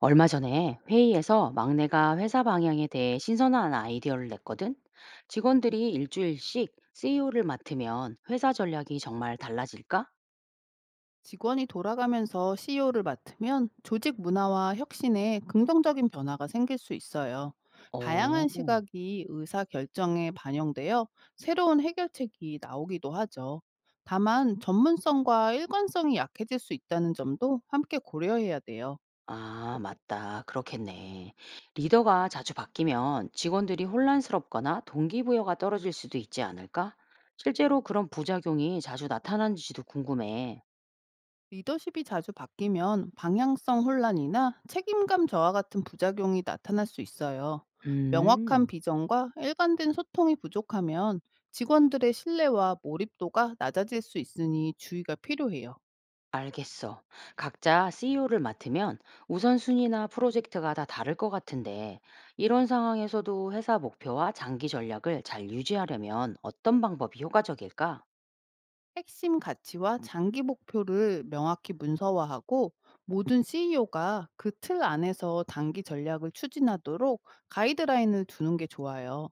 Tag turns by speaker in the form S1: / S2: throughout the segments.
S1: 얼마 전에 회의에서 막내가 회사 방향에 대해 신선한 아이디어를 냈거든. 직원들이 일주일씩 CEO를 맡으면 회사 전략이 정말 달라질까?
S2: 직원이 돌아가면서 CEO를 맡으면 조직 문화와 혁신에 긍정적인 변화가 생길 수 있어요.
S1: 어,
S2: 다양한 시각이 의사 결정에 반영되어 새로운 해결책이 나오기도 하죠. 다만 전문성과 일관성이 약해질 수 있다는 점도 함께 고려해야 돼요.
S1: 아, 맞다. 그렇겠네. 리더가 자주 바뀌면 직원들이 혼란스럽거나 동기부여가 떨어질 수도 있지 않을까? 실제로 그런 부작용이 자주 나타나는지도 궁금해.
S2: 리더십이 자주 바뀌면 방향성 혼란이나 책임감 저하 같은 부작용이 나타날 수 있어요. 명확한
S1: 음.
S2: 비전과 일관된 소통이 부족하면 직원들의 신뢰와 몰입도가 낮아질 수 있으니 주의가 필요해요.
S1: 알겠어. 각자 CEO를 맡으면 우선순위나 프로젝트가 다 다를 것 같은데, 이런 상황에서도 회사 목표와 장기 전략을 잘 유지하려면 어떤 방법이 효과적일까?
S2: 핵심 가치와 장기 목표를 명확히 문서화하고 모든 CEO가 그 틀 안에서 단기 전략을 추진하도록 가이드라인을 두는 게 좋아요.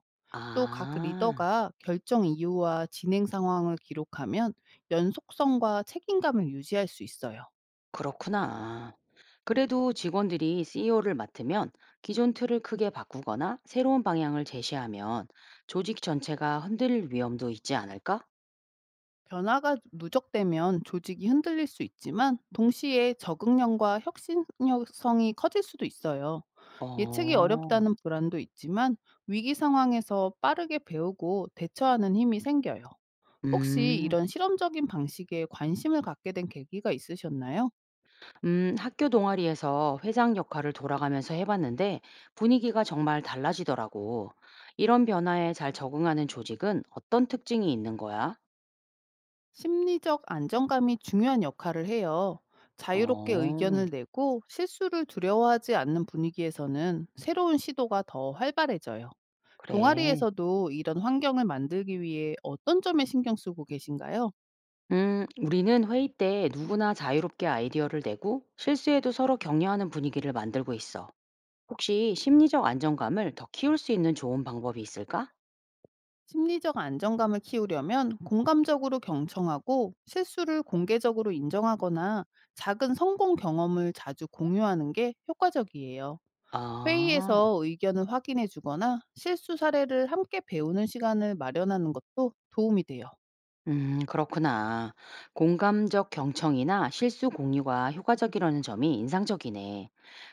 S2: 또 각
S1: 아,
S2: 리더가 결정 이유와 진행 상황을 기록하면 연속성과 책임감을 유지할 수 있어요.
S1: 그렇구나. 그래도 직원들이 CEO를 맡으면 기존 틀을 크게 바꾸거나 새로운 방향을 제시하면 조직 전체가 흔들릴 위험도 있지 않을까?
S2: 변화가 누적되면 조직이 흔들릴 수 있지만 동시에 적응력과 혁신성이 커질 수도 있어요. 예측이
S1: 어,
S2: 어렵다는 불안도 있지만 위기 상황에서 빠르게 배우고 대처하는 힘이 생겨요. 혹시
S1: 음.
S2: 이런 실험적인 방식에 관심을 갖게 된 계기가 있으셨나요?
S1: 학교 동아리에서 회장 역할을 돌아가면서 해봤는데 분위기가 정말 달라지더라고. 이런 변화에 잘 적응하는 조직은 어떤 특징이 있는 거야?
S2: 심리적 안정감이 중요한 역할을 해요. 자유롭게
S1: 어,
S2: 의견을 내고 실수를 두려워하지 않는 분위기에서는 새로운 시도가 더 활발해져요.
S1: 그래.
S2: 동아리에서도 이런 환경을 만들기 위해 어떤 점에 신경 쓰고 계신가요?
S1: 우리는 회의 때 누구나 자유롭게 아이디어를 내고 실수에도 서로 격려하는 분위기를 만들고 있어. 혹시 심리적 안정감을 더 키울 수 있는 좋은 방법이 있을까?
S2: 심리적 안정감을 키우려면 공감적으로 경청하고 실수를 공개적으로 인정하거나 작은 성공 경험을 자주 공유하는 게 효과적이에요.
S1: 아.
S2: 회의에서 의견을 확인해 주거나 실수 사례를 함께 배우는 시간을 마련하는 것도 도움이 돼요.
S1: 그렇구나. 공감적 경청이나 실수 공유가 효과적이라는 점이 인상적이네.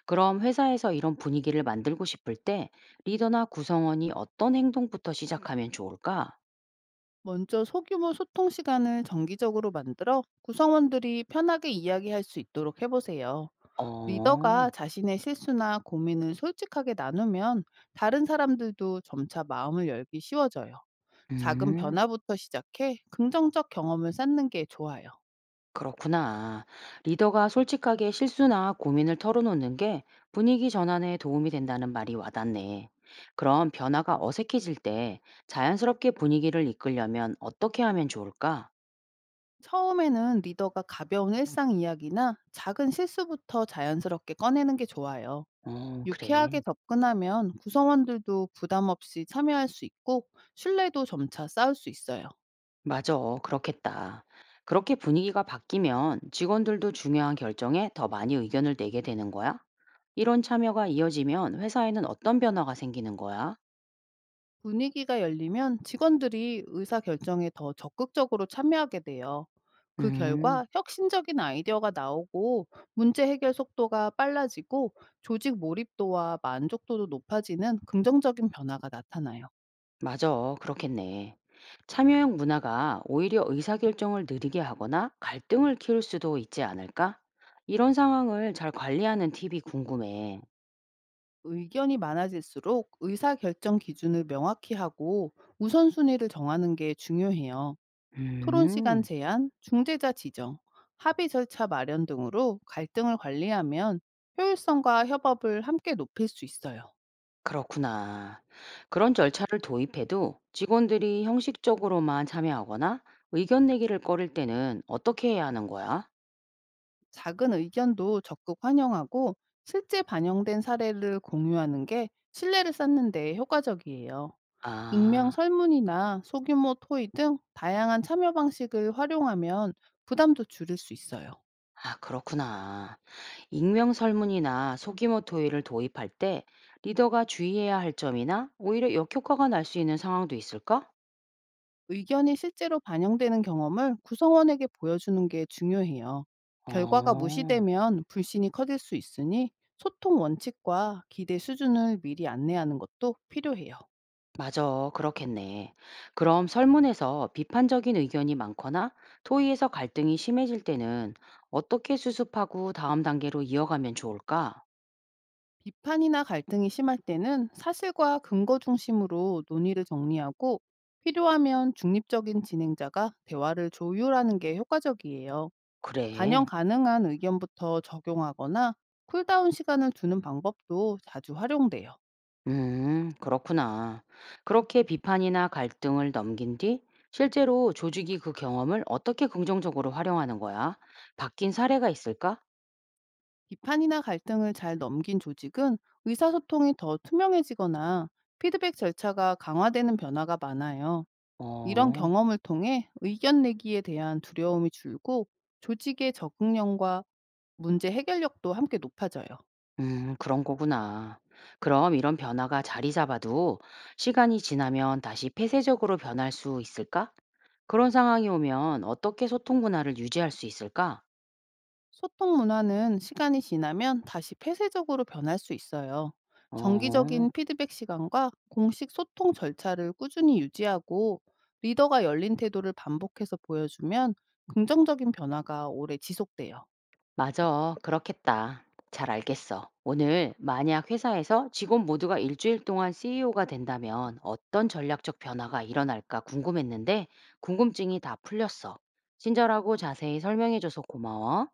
S1: 그럼 회사에서 이런 분위기를 만들고 싶을 때 리더나 구성원이 어떤 행동부터 시작하면 좋을까?
S2: 먼저 소규모 소통 시간을 정기적으로 만들어 구성원들이 편하게 이야기할 수 있도록 해보세요.
S1: 어,
S2: 리더가 자신의 실수나 고민을 솔직하게 나누면 다른 사람들도 점차 마음을 열기 쉬워져요. 작은
S1: 음,
S2: 변화부터 시작해 긍정적 경험을 쌓는 게 좋아요.
S1: 그렇구나. 리더가 솔직하게 실수나 고민을 털어놓는 게 분위기 전환에 도움이 된다는 말이 와닿네. 그럼 변화가 어색해질 때 자연스럽게 분위기를 이끌려면 어떻게 하면 좋을까?
S2: 처음에는 리더가 가벼운 일상 이야기나 작은 실수부터 자연스럽게 꺼내는 게 좋아요.
S1: 어, 그래.
S2: 유쾌하게 접근하면 구성원들도 부담 없이 참여할 수 있고 신뢰도 점차 쌓을 수 있어요.
S1: 맞아. 그렇겠다. 그렇게 분위기가 바뀌면 직원들도 중요한 결정에 더 많이 의견을 내게 되는 거야? 이런 참여가 이어지면 회사에는 어떤 변화가 생기는 거야?
S2: 분위기가 열리면 직원들이 의사 결정에 더 적극적으로 참여하게 돼요. 그
S1: 음,
S2: 결과 혁신적인 아이디어가 나오고 문제 해결 속도가 빨라지고 조직 몰입도와 만족도도 높아지는 긍정적인 변화가 나타나요.
S1: 맞아. 그렇겠네. 참여형 문화가 오히려 의사결정을 느리게 하거나 갈등을 키울 수도 있지 않을까? 이런 상황을 잘 관리하는 팁이 궁금해.
S2: 의견이 많아질수록 의사결정 기준을 명확히 하고 우선순위를 정하는 게 중요해요. 토론 시간
S1: 음.
S2: 제한, 중재자 지정, 합의 절차 마련 등으로 갈등을 관리하면 효율성과 협업을 함께 높일 수 있어요.
S1: 그렇구나. 그런 절차를 도입해도 직원들이 형식적으로만 참여하거나 의견 내기를 꺼릴 때는 어떻게 해야 하는 거야?
S2: 작은 의견도 적극 환영하고 실제 반영된 사례를 공유하는 게 신뢰를 쌓는 데 효과적이에요. 익명
S1: 아,
S2: 설문이나 소규모 토의 등 다양한 참여 방식을 활용하면 부담도 줄일 수 있어요.
S1: 아, 그렇구나. 익명 설문이나 소규모 토의를 도입할 때 리더가 주의해야 할 점이나 오히려 역효과가 날 수 있는 상황도 있을까?
S2: 의견이 실제로 반영되는 경험을 구성원에게 보여주는 게 중요해요. 결과가
S1: 어.
S2: 무시되면 불신이 커질 수 있으니 소통 원칙과 기대 수준을 미리 안내하는 것도 필요해요.
S1: 맞아, 그렇겠네. 그럼 설문에서 비판적인 의견이 많거나 토의에서 갈등이 심해질 때는 어떻게 수습하고 다음 단계로 이어가면 좋을까?
S2: 비판이나 갈등이 심할 때는 사실과 근거 중심으로 논의를 정리하고 필요하면 중립적인 진행자가 대화를 조율하는 게 효과적이에요. 반영
S1: 그래.
S2: 가능한 의견부터 적용하거나 쿨다운 시간을 두는 방법도 자주 활용돼요.
S1: 그렇구나. 그렇게 비판이나 갈등을 넘긴 뒤 실제로 조직이 그 경험을 어떻게 긍정적으로 활용하는 거야? 바뀐 사례가 있을까?
S2: 비판이나 갈등을 잘 넘긴 조직은 의사소통이 더 투명해지거나 피드백 절차가 강화되는 변화가 많아요. 이런
S1: 어.
S2: 경험을 통해 의견 내기에 대한 두려움이 줄고 조직의 적응력과 문제 해결력도 함께 높아져요.
S1: 그런 거구나. 그럼 이런 변화가 자리 잡아도 시간이 지나면 다시 폐쇄적으로 변할 수 있을까? 그런 상황이 오면 어떻게 소통 문화를 유지할 수 있을까?
S2: 소통 문화는 시간이 지나면 다시 폐쇄적으로 변할 수 있어요.
S1: 어,
S2: 정기적인 피드백 시간과 공식 소통 절차를 꾸준히 유지하고 리더가 열린 태도를 반복해서 보여주면 긍정적인 변화가 오래 지속돼요.
S1: 맞아. 그렇겠다. 잘 알겠어. 오늘 만약 회사에서 직원 모두가 일주일 동안 CEO가 된다면 어떤 전략적 변화가 일어날까 궁금했는데 궁금증이 다 풀렸어. 친절하고 자세히 설명해줘서 고마워.